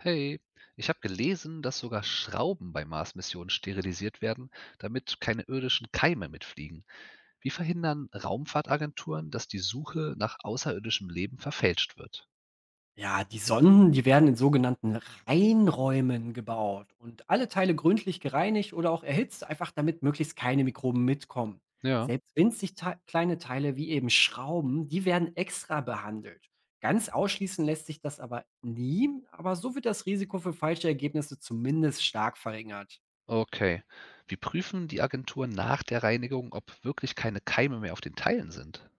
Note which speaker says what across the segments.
Speaker 1: Hey, ich habe gelesen, dass sogar Schrauben bei Mars-Missionen sterilisiert werden, damit keine irdischen Keime mitfliegen. Wie verhindern Raumfahrtagenturen, dass die Suche nach außerirdischem Leben verfälscht wird?
Speaker 2: Ja, die Sonden, die werden in sogenannten Reinräumen gebaut und alle Teile gründlich gereinigt oder auch erhitzt, einfach damit möglichst keine Mikroben mitkommen.
Speaker 1: Ja,
Speaker 2: Selbst winzig te kleine Teile wie eben Schrauben, die werden extra behandelt. Ganz ausschließen lässt sich das aber nie, aber so wird das Risiko für falsche Ergebnisse zumindest stark verringert.
Speaker 1: okay. Wie prüfen die Agenturen nach der Reinigung, ob wirklich keine Keime mehr auf den Teilen sind?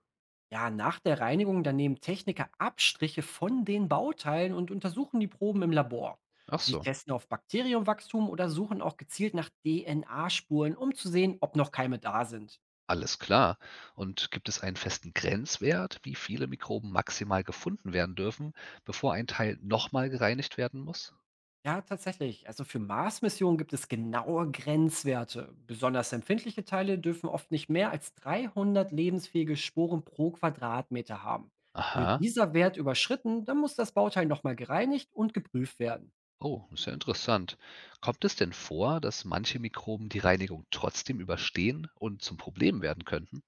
Speaker 2: Ja, nach der Reinigung, dann nehmen Techniker Abstriche von den Bauteilen und untersuchen die Proben im Labor.
Speaker 1: Ach
Speaker 2: Sie
Speaker 1: so,
Speaker 2: testen auf Bakterienwachstum oder suchen auch gezielt nach DNA-Spuren, um zu sehen, ob noch Keime da sind.
Speaker 1: alles klar. Und gibt es einen festen Grenzwert, wie viele Mikroben maximal gefunden werden dürfen, bevor ein Teil nochmal gereinigt werden muss?
Speaker 2: Ja, tatsächlich. Also für Mars-Missionen gibt es genaue Grenzwerte. Besonders empfindliche Teile dürfen oft nicht mehr als 300 lebensfähige Sporen pro Quadratmeter haben. Wird
Speaker 1: Aha.
Speaker 2: dieser Wert überschritten, dann muss das Bauteil nochmal gereinigt und geprüft werden.
Speaker 1: Oh, ist ja interessant. Kommt es denn vor, dass manche Mikroben die Reinigung trotzdem überstehen und zum Problem werden könnten?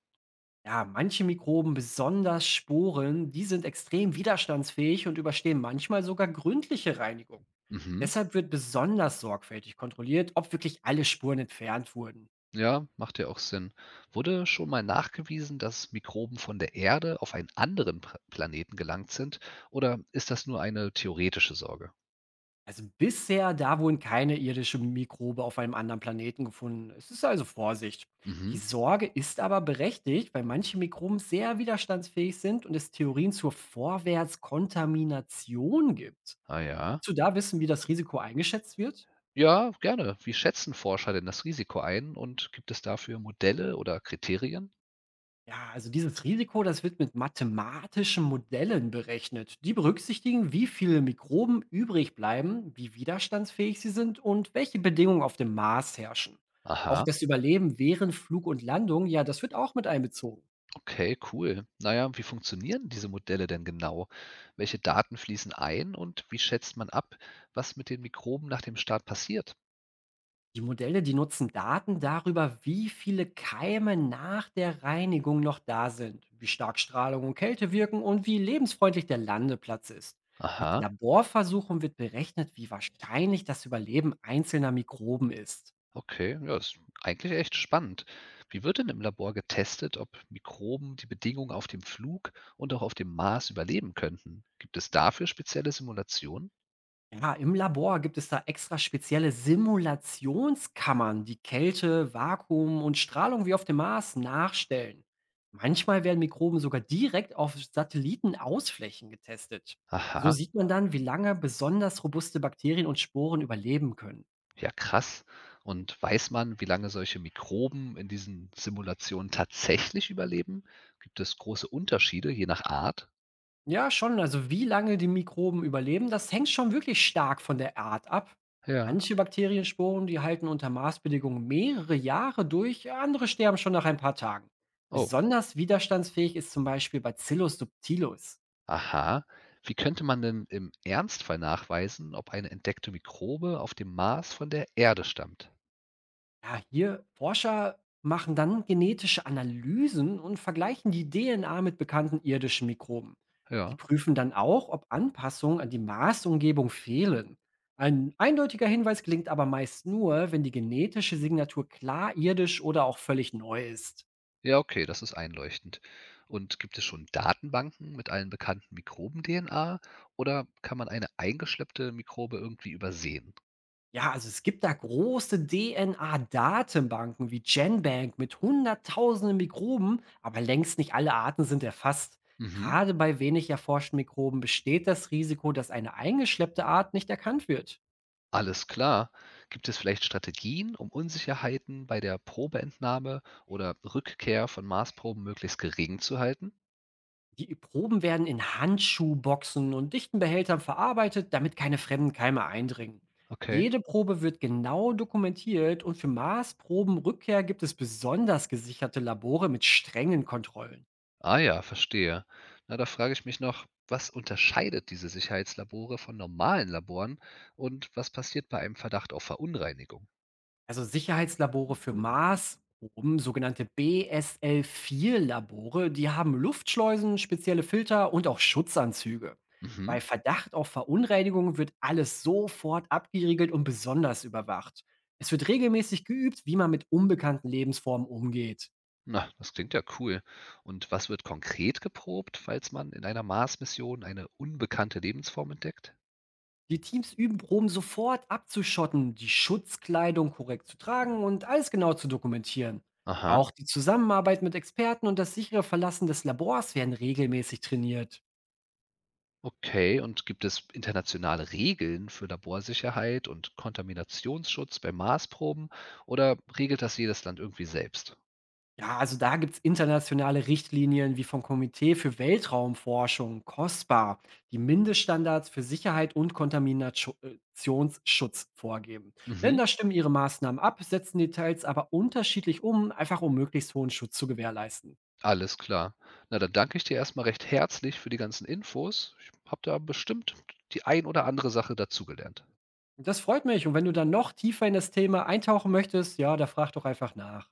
Speaker 2: Ja, manche Mikroben, besonders Sporen, die sind extrem widerstandsfähig und überstehen manchmal sogar gründliche Reinigung.
Speaker 1: Mhm.
Speaker 2: Deshalb wird besonders sorgfältig kontrolliert, ob wirklich alle Spuren entfernt wurden.
Speaker 1: Ja, macht ja auch Sinn. Wurde schon mal nachgewiesen, dass Mikroben von der Erde auf einen anderen Planeten gelangt sind? Oder ist das nur eine theoretische Sorge?
Speaker 2: Also bisher, da wurden keine irdische Mikrobe auf einem anderen Planeten gefunden. Es ist also Vorsicht. Die
Speaker 1: Mhm.
Speaker 2: Sorge ist aber berechtigt, weil manche Mikroben sehr widerstandsfähig sind und es Theorien zur Vorwärtskontamination gibt.
Speaker 1: Ah ja.
Speaker 2: Willst du da wissen, wie das Risiko eingeschätzt wird?
Speaker 1: Ja, gerne. Wie schätzen Forscher denn das Risiko ein und gibt es dafür Modelle oder Kriterien?
Speaker 2: Ja, also dieses Risiko, das wird mit mathematischen Modellen berechnet. Die berücksichtigen, wie viele Mikroben übrig bleiben, wie widerstandsfähig sie sind und welche Bedingungen auf dem Mars herrschen. Auch
Speaker 1: Aha.
Speaker 2: das Überleben während Flug und Landung, ja, das wird auch mit einbezogen.
Speaker 1: Okay, cool. Na ja, wie funktionieren diese Modelle denn genau? Welche Daten fließen ein und wie schätzt man ab, was mit den Mikroben nach dem Start passiert?
Speaker 2: Die Modelle, die nutzen Daten darüber, wie viele Keime nach der Reinigung noch da sind, wie stark Strahlung und Kälte wirken und wie lebensfreundlich der Landeplatz ist. Mit
Speaker 1: Aha,
Speaker 2: Laborversuchen wird berechnet, wie wahrscheinlich das Überleben einzelner Mikroben ist.
Speaker 1: okay, ja, ist eigentlich echt spannend. Wie wird denn im Labor getestet, ob Mikroben die Bedingungen auf dem Flug und auch auf dem Mars überleben könnten? Gibt es dafür spezielle Simulationen?
Speaker 2: Ja, im Labor gibt es da extra spezielle Simulationskammern, die Kälte, Vakuum und Strahlung wie auf dem Mars nachstellen. Manchmal werden Mikroben sogar direkt auf Satellitenausflächen getestet. So
Speaker 1: Aha,
Speaker 2: sieht man dann, wie lange besonders robuste Bakterien und Sporen überleben können.
Speaker 1: ja krass. Und weiß man, wie lange solche Mikroben in diesen Simulationen tatsächlich überleben? Gibt es große Unterschiede je nach Art?
Speaker 2: Ja, schon. Also wie lange die Mikroben überleben, das hängt schon wirklich stark von der Art ab.
Speaker 1: Ja.
Speaker 2: Manche Bakteriensporen, die halten unter Maßbedingungen mehrere Jahre durch, andere sterben schon nach ein paar Tagen.
Speaker 1: Oh,
Speaker 2: Besonders widerstandsfähig ist zum Beispiel Bacillus subtilis.
Speaker 1: aha. Wie könnte man denn im Ernstfall nachweisen, ob eine entdeckte Mikrobe auf dem Mars von der Erde stammt?
Speaker 2: Ja, hier Forscher machen dann genetische Analysen und vergleichen die DNA mit bekannten irdischen Mikroben. Sie
Speaker 1: Ja.
Speaker 2: prüfen dann auch, ob Anpassungen an die Maßumgebung fehlen. Ein eindeutiger Hinweis gelingt aber meist nur, wenn die genetische Signatur klar irdisch oder auch völlig neu ist.
Speaker 1: Ja, okay, das ist einleuchtend. Und gibt es schon Datenbanken mit allen bekannten Mikroben-DNA oder kann man eine eingeschleppte Mikrobe irgendwie übersehen?
Speaker 2: Ja, also es gibt da große DNA-Datenbanken wie GenBank mit hunderttausenden Mikroben, aber längst nicht alle Arten sind erfasst.
Speaker 1: Mhm.
Speaker 2: Gerade bei wenig erforschten Mikroben besteht das Risiko, dass eine eingeschleppte Art nicht erkannt wird.
Speaker 1: Alles klar. Gibt es vielleicht Strategien, um Unsicherheiten bei der Probeentnahme oder Rückkehr von Marsproben möglichst gering zu halten?
Speaker 2: Die Proben werden in Handschuhboxen und dichten Behältern verarbeitet, damit keine fremden Keime eindringen.
Speaker 1: Okay.
Speaker 2: Jede Probe wird genau dokumentiert und für Maßprobenrückkehr gibt es besonders gesicherte Labore mit strengen Kontrollen.
Speaker 1: Ah ja, verstehe. Na, da frage ich mich noch, was unterscheidet diese Sicherheitslabore von normalen Laboren und was passiert bei einem Verdacht auf Verunreinigung?
Speaker 2: Also Sicherheitslabore für Mars, oben sogenannte BSL-4-Labore, die haben Luftschleusen, spezielle Filter und auch Schutzanzüge. Bei
Speaker 1: Mhm.
Speaker 2: Verdacht auf Verunreinigung wird alles sofort abgeriegelt und besonders überwacht. Es wird regelmäßig geübt, wie man mit unbekannten Lebensformen umgeht.
Speaker 1: Na, das klingt ja cool. Und was wird konkret geprobt, falls man in einer Mars-Mission eine unbekannte Lebensform entdeckt?
Speaker 2: Die Teams üben Proben sofort abzuschotten, die Schutzkleidung korrekt zu tragen und alles genau zu dokumentieren.
Speaker 1: Aha,
Speaker 2: Auch die Zusammenarbeit mit Experten und das sichere Verlassen des Labors werden regelmäßig trainiert.
Speaker 1: okay. Und gibt es internationale Regeln für Laborsicherheit und Kontaminationsschutz bei Marsproben oder regelt das jedes Land irgendwie selbst?
Speaker 2: Ja, also da gibt's internationale Richtlinien wie vom Komitee für Weltraumforschung, COSPA, die Mindeststandards für Sicherheit und Kontaminationsschutz vorgeben.
Speaker 1: Mhm.
Speaker 2: Länder stimmen ihre Maßnahmen ab, setzen Details aber unterschiedlich um, einfach um möglichst hohen Schutz zu gewährleisten.
Speaker 1: Alles klar. Na, dann danke ich dir erst mal recht herzlich für die ganzen Infos. Ich habe da bestimmt die ein oder andere Sache dazugelernt.
Speaker 2: Und das freut mich. Und wenn du dann noch tiefer in das Thema eintauchen möchtest, ja, da frag doch einfach nach.